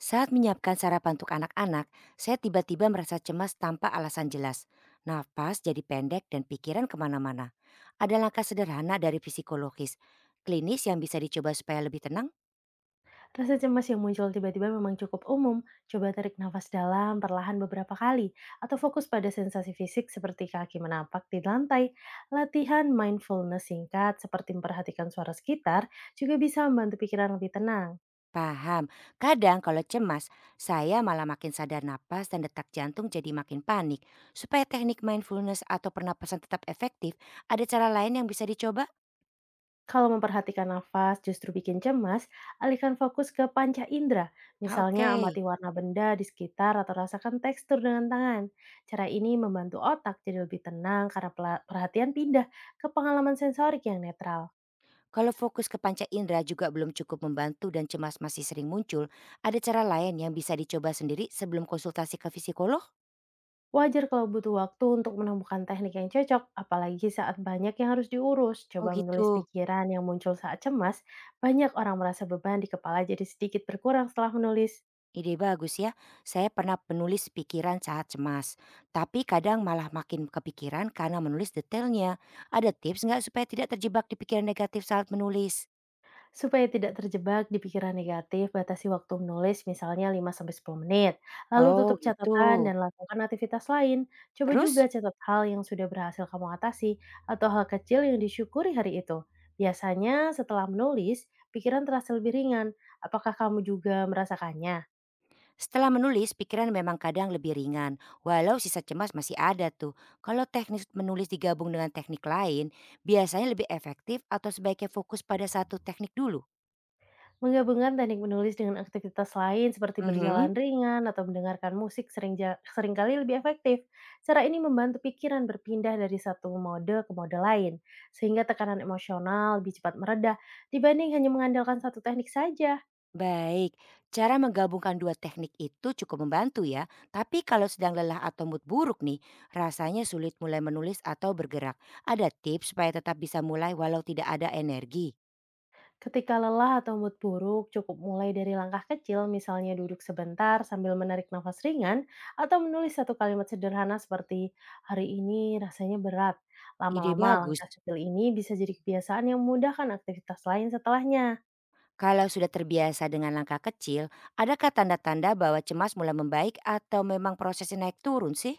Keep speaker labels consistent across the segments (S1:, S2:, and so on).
S1: Saat menyiapkan sarapan untuk anak-anak, saya tiba-tiba merasa cemas tanpa alasan jelas. Nafas jadi pendek dan pikiran kemana-mana. Ada langkah sederhana dari psikologis. Klinis yang bisa dicoba supaya lebih tenang?
S2: Rasa cemas yang muncul tiba-tiba memang cukup umum. Coba tarik nafas dalam perlahan beberapa kali, atau fokus pada sensasi fisik seperti kaki menapak di lantai. Latihan mindfulness singkat seperti memperhatikan suara sekitar juga bisa membantu pikiran lebih tenang.
S1: Paham. Kadang kalau cemas, saya malah makin sadar napas dan detak jantung jadi makin panik. Supaya teknik mindfulness atau pernapasan tetap efektif, ada cara lain yang bisa dicoba?
S2: Kalau memperhatikan nafas justru bikin cemas, alihkan fokus ke panca indera.
S1: Ah,
S2: Misalnya
S1: oke.
S2: amati warna benda di sekitar atau rasakan tekstur dengan tangan. Cara ini membantu otak jadi lebih tenang karena perhatian pindah ke pengalaman sensorik yang netral.
S1: Kalau fokus ke panca indera juga belum cukup membantu dan cemas masih sering muncul, ada cara lain yang bisa dicoba sendiri sebelum konsultasi ke psikolog?
S2: Wajar kalau butuh waktu untuk menemukan teknik yang cocok, apalagi saat banyak yang harus diurus.
S1: Oh
S2: Coba menulis
S1: gitu,
S2: pikiran yang muncul saat cemas, banyak orang merasa beban di kepala jadi sedikit berkurang setelah menulis.
S1: ide bagus ya. Saya pernah menulis pikiran saat cemas, tapi kadang malah makin kepikiran karena menulis detailnya. Ada tips nggak supaya tidak terjebak di pikiran negatif saat menulis?
S2: Supaya tidak terjebak di pikiran negatif, batasi waktu menulis misalnya 5-10 menit. Lalu
S1: Oh
S2: tutup
S1: gitu.
S2: catatan dan lakukan aktivitas lain. Coba
S1: Terus?
S2: juga catat hal yang sudah berhasil kamu atasi atau hal kecil yang disyukuri hari itu. Biasanya setelah menulis, pikiran terasa lebih ringan. Apakah kamu juga merasakannya?
S1: Setelah menulis, pikiran memang kadang lebih ringan, walau sisa cemas masih ada tuh. Kalau teknik menulis digabung dengan teknik lain, biasanya lebih efektif atau sebaiknya fokus pada satu teknik dulu?
S2: Menggabungkan teknik menulis dengan aktivitas lain seperti
S1: Mhm.
S2: berjalan ringan atau mendengarkan musik seringkali lebih efektif. Cara ini membantu pikiran berpindah dari satu mode ke mode lain, sehingga tekanan emosional lebih cepat mereda dibanding hanya mengandalkan satu teknik saja.
S1: Baik, cara menggabungkan dua teknik itu cukup membantu ya. Tapi kalau sedang lelah atau mood buruk nih, rasanya sulit mulai menulis atau bergerak. Ada tips supaya tetap bisa mulai walau tidak ada energi?
S2: Ketika lelah atau mood buruk, cukup mulai dari langkah kecil, misalnya duduk sebentar sambil menarik nafas ringan, atau menulis satu kalimat sederhana seperti, hari ini rasanya berat.
S1: Ide
S2: Lama-lama
S1: bagus.
S2: langkah kecil ini bisa jadi kebiasaan yang memudahkan aktivitas lain setelahnya.
S1: Kalau sudah terbiasa dengan langkah kecil, adakah tanda-tanda bahwa cemas mulai membaik atau memang prosesnya naik turun sih?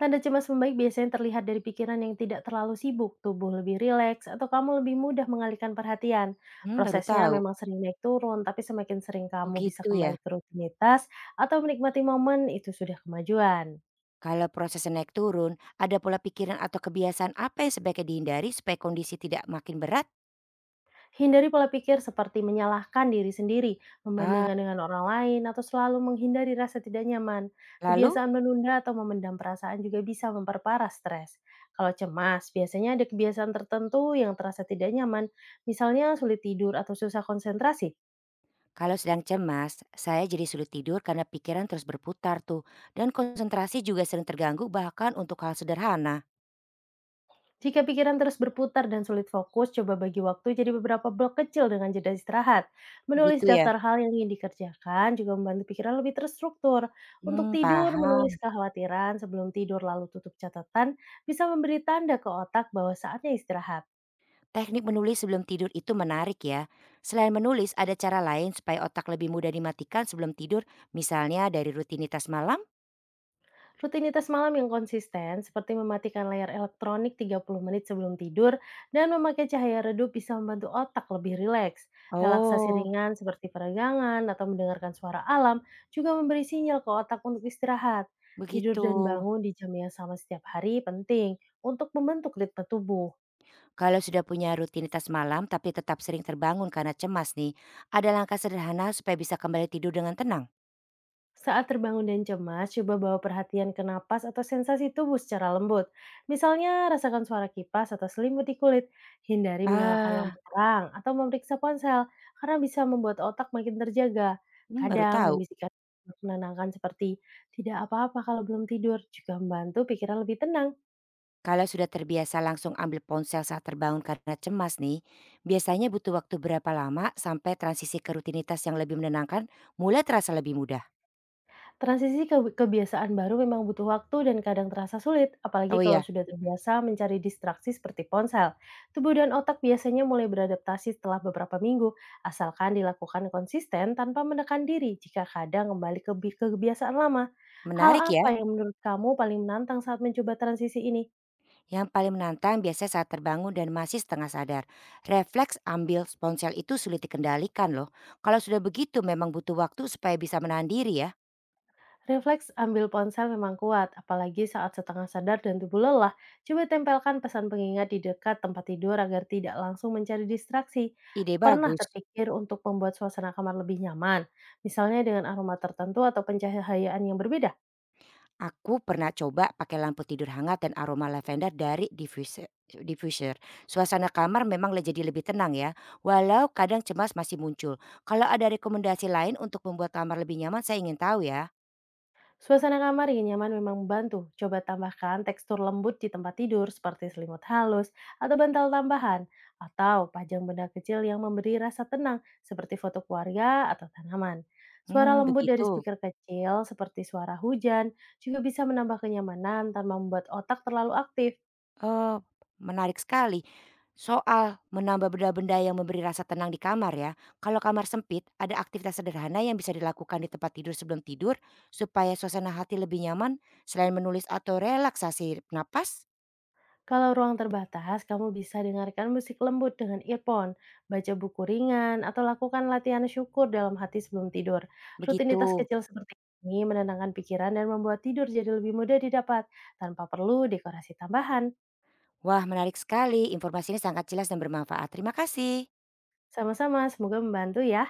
S2: Tanda cemas membaik biasanya terlihat dari pikiran yang tidak terlalu sibuk, tubuh lebih rileks, atau kamu lebih mudah mengalihkan perhatian.
S1: Hmm, baru
S2: Prosesnya
S1: tahu.
S2: memang sering naik turun, tapi semakin sering
S1: Oh
S2: kamu bisa
S1: gitu ya.
S2: kembali ke rutinitas atau menikmati momen, itu sudah kemajuan.
S1: Kalau prosesnya naik turun, ada pola pikiran atau kebiasaan apa yang sebaiknya dihindari supaya kondisi tidak makin berat?
S2: Hindari pola pikir seperti menyalahkan diri sendiri,
S1: Ah,
S2: membandingkan dengan orang lain, atau selalu menghindari rasa tidak nyaman.
S1: lalu
S2: Kebiasaan menunda atau memendam perasaan juga bisa memperparah stres. Kalau cemas, biasanya ada kebiasaan tertentu yang terasa tidak nyaman, misalnya sulit tidur atau susah konsentrasi.
S1: kalau sedang cemas, saya jadi sulit tidur karena pikiran terus berputar tuh. Dan konsentrasi juga sering terganggu bahkan untuk hal sederhana.
S2: Jika pikiran terus berputar dan sulit fokus, coba bagi waktu jadi beberapa blok kecil dengan jeda istirahat. Menulis
S1: Gitu ya?
S2: daftar hal yang ingin dikerjakan juga membantu pikiran lebih terstruktur. Untuk
S1: Hmm,
S2: tidur,
S1: paham.
S2: menulis kekhawatiran sebelum tidur lalu tutup catatan bisa memberi tanda ke otak bahwa saatnya istirahat.
S1: Teknik menulis sebelum tidur itu menarik ya. Selain menulis, ada cara lain supaya otak lebih mudah dimatikan sebelum tidur, misalnya dari rutinitas malam?
S2: Rutinitas malam yang konsisten, seperti mematikan layar elektronik 30 menit sebelum tidur dan memakai cahaya redup bisa membantu otak lebih rileks. Relaksasi
S1: Oh,
S2: ringan seperti peregangan atau mendengarkan suara alam juga memberi sinyal ke otak untuk istirahat. Tidur
S1: begitu.
S2: dan bangun di jam yang sama setiap hari penting untuk membentuk ritme tubuh.
S1: Kalau sudah punya rutinitas malam tapi tetap sering terbangun karena cemas nih, ada langkah sederhana supaya bisa kembali tidur dengan tenang?
S2: Saat terbangun dan cemas, coba bawa perhatian ke napas atau sensasi tubuh secara lembut. Misalnya, rasakan suara kipas atau selimut di kulit. Hindari menyalakan
S1: Ah,
S2: lampu terang atau memeriksa ponsel, karena bisa membuat otak makin terjaga.
S1: hmm, baru
S2: Kadang
S1: tahu.
S2: membisikkan menenangkan seperti, tidak apa-apa kalau belum tidur, juga membantu pikiran lebih tenang.
S1: Kalau sudah terbiasa langsung ambil ponsel saat terbangun karena cemas nih, biasanya butuh waktu berapa lama sampai transisi ke rutinitas yang lebih menenangkan mulai terasa lebih mudah?
S2: Transisi ke kebiasaan baru memang butuh waktu dan kadang terasa sulit,
S1: Oh
S2: apalagi
S1: iya,
S2: kalau sudah terbiasa mencari distraksi seperti ponsel. Tubuh dan otak biasanya mulai beradaptasi setelah beberapa minggu, asalkan dilakukan konsisten tanpa menekan diri jika kadang kembali ke kebiasaan lama. Hal
S1: menarik ya,
S2: apa yang menurut kamu paling menantang saat mencoba transisi ini?
S1: yang paling menantang biasanya saat terbangun dan masih setengah sadar. Refleks ambil ponsel itu sulit dikendalikan loh. Kalau sudah begitu memang butuh waktu supaya bisa menahan diri ya.
S2: Refleks ambil ponsel memang kuat, apalagi saat setengah sadar dan tubuh lelah. Coba tempelkan pesan pengingat di dekat tempat tidur agar tidak langsung mencari distraksi.
S1: Ide
S2: Pernah
S1: bagus.
S2: terpikir untuk membuat suasana kamar lebih nyaman, misalnya dengan aroma tertentu atau pencahayaan yang berbeda?
S1: Aku pernah coba pakai lampu tidur hangat dan aroma lavender dari diffuser. Suasana kamar memang jadi lebih tenang ya. Walau kadang cemas masih muncul. Kalau ada rekomendasi lain untuk membuat kamar lebih nyaman saya ingin tahu ya.
S2: Suasana kamar yang nyaman memang membantu. Coba tambahkan tekstur lembut di tempat tidur seperti selimut halus atau bantal tambahan. Atau pajang benda kecil yang memberi rasa tenang seperti foto keluarga atau tanaman. Suara
S1: Hmm,
S2: lembut dari
S1: begitu.
S2: speaker kecil seperti suara hujan juga bisa menambah kenyamanan tanpa membuat otak terlalu aktif.
S1: Oh, menarik sekali. Soal menambah benda-benda yang memberi rasa tenang di kamar ya. Kalau kamar sempit, ada aktivitas sederhana yang bisa dilakukan di tempat tidur sebelum tidur supaya suasana hati lebih nyaman selain menulis atau relaksasi napas?
S2: Kalau ruang terbatas, kamu bisa dengarkan musik lembut dengan earphone, baca buku ringan, atau lakukan latihan syukur dalam hati sebelum tidur.
S1: Begitu.
S2: Rutinitas kecil seperti ini menenangkan pikiran dan membuat tidur jadi lebih mudah didapat tanpa perlu dekorasi tambahan.
S1: Wah menarik sekali, informasinya sangat jelas dan bermanfaat. Terima kasih.
S2: Sama-sama, semoga membantu ya.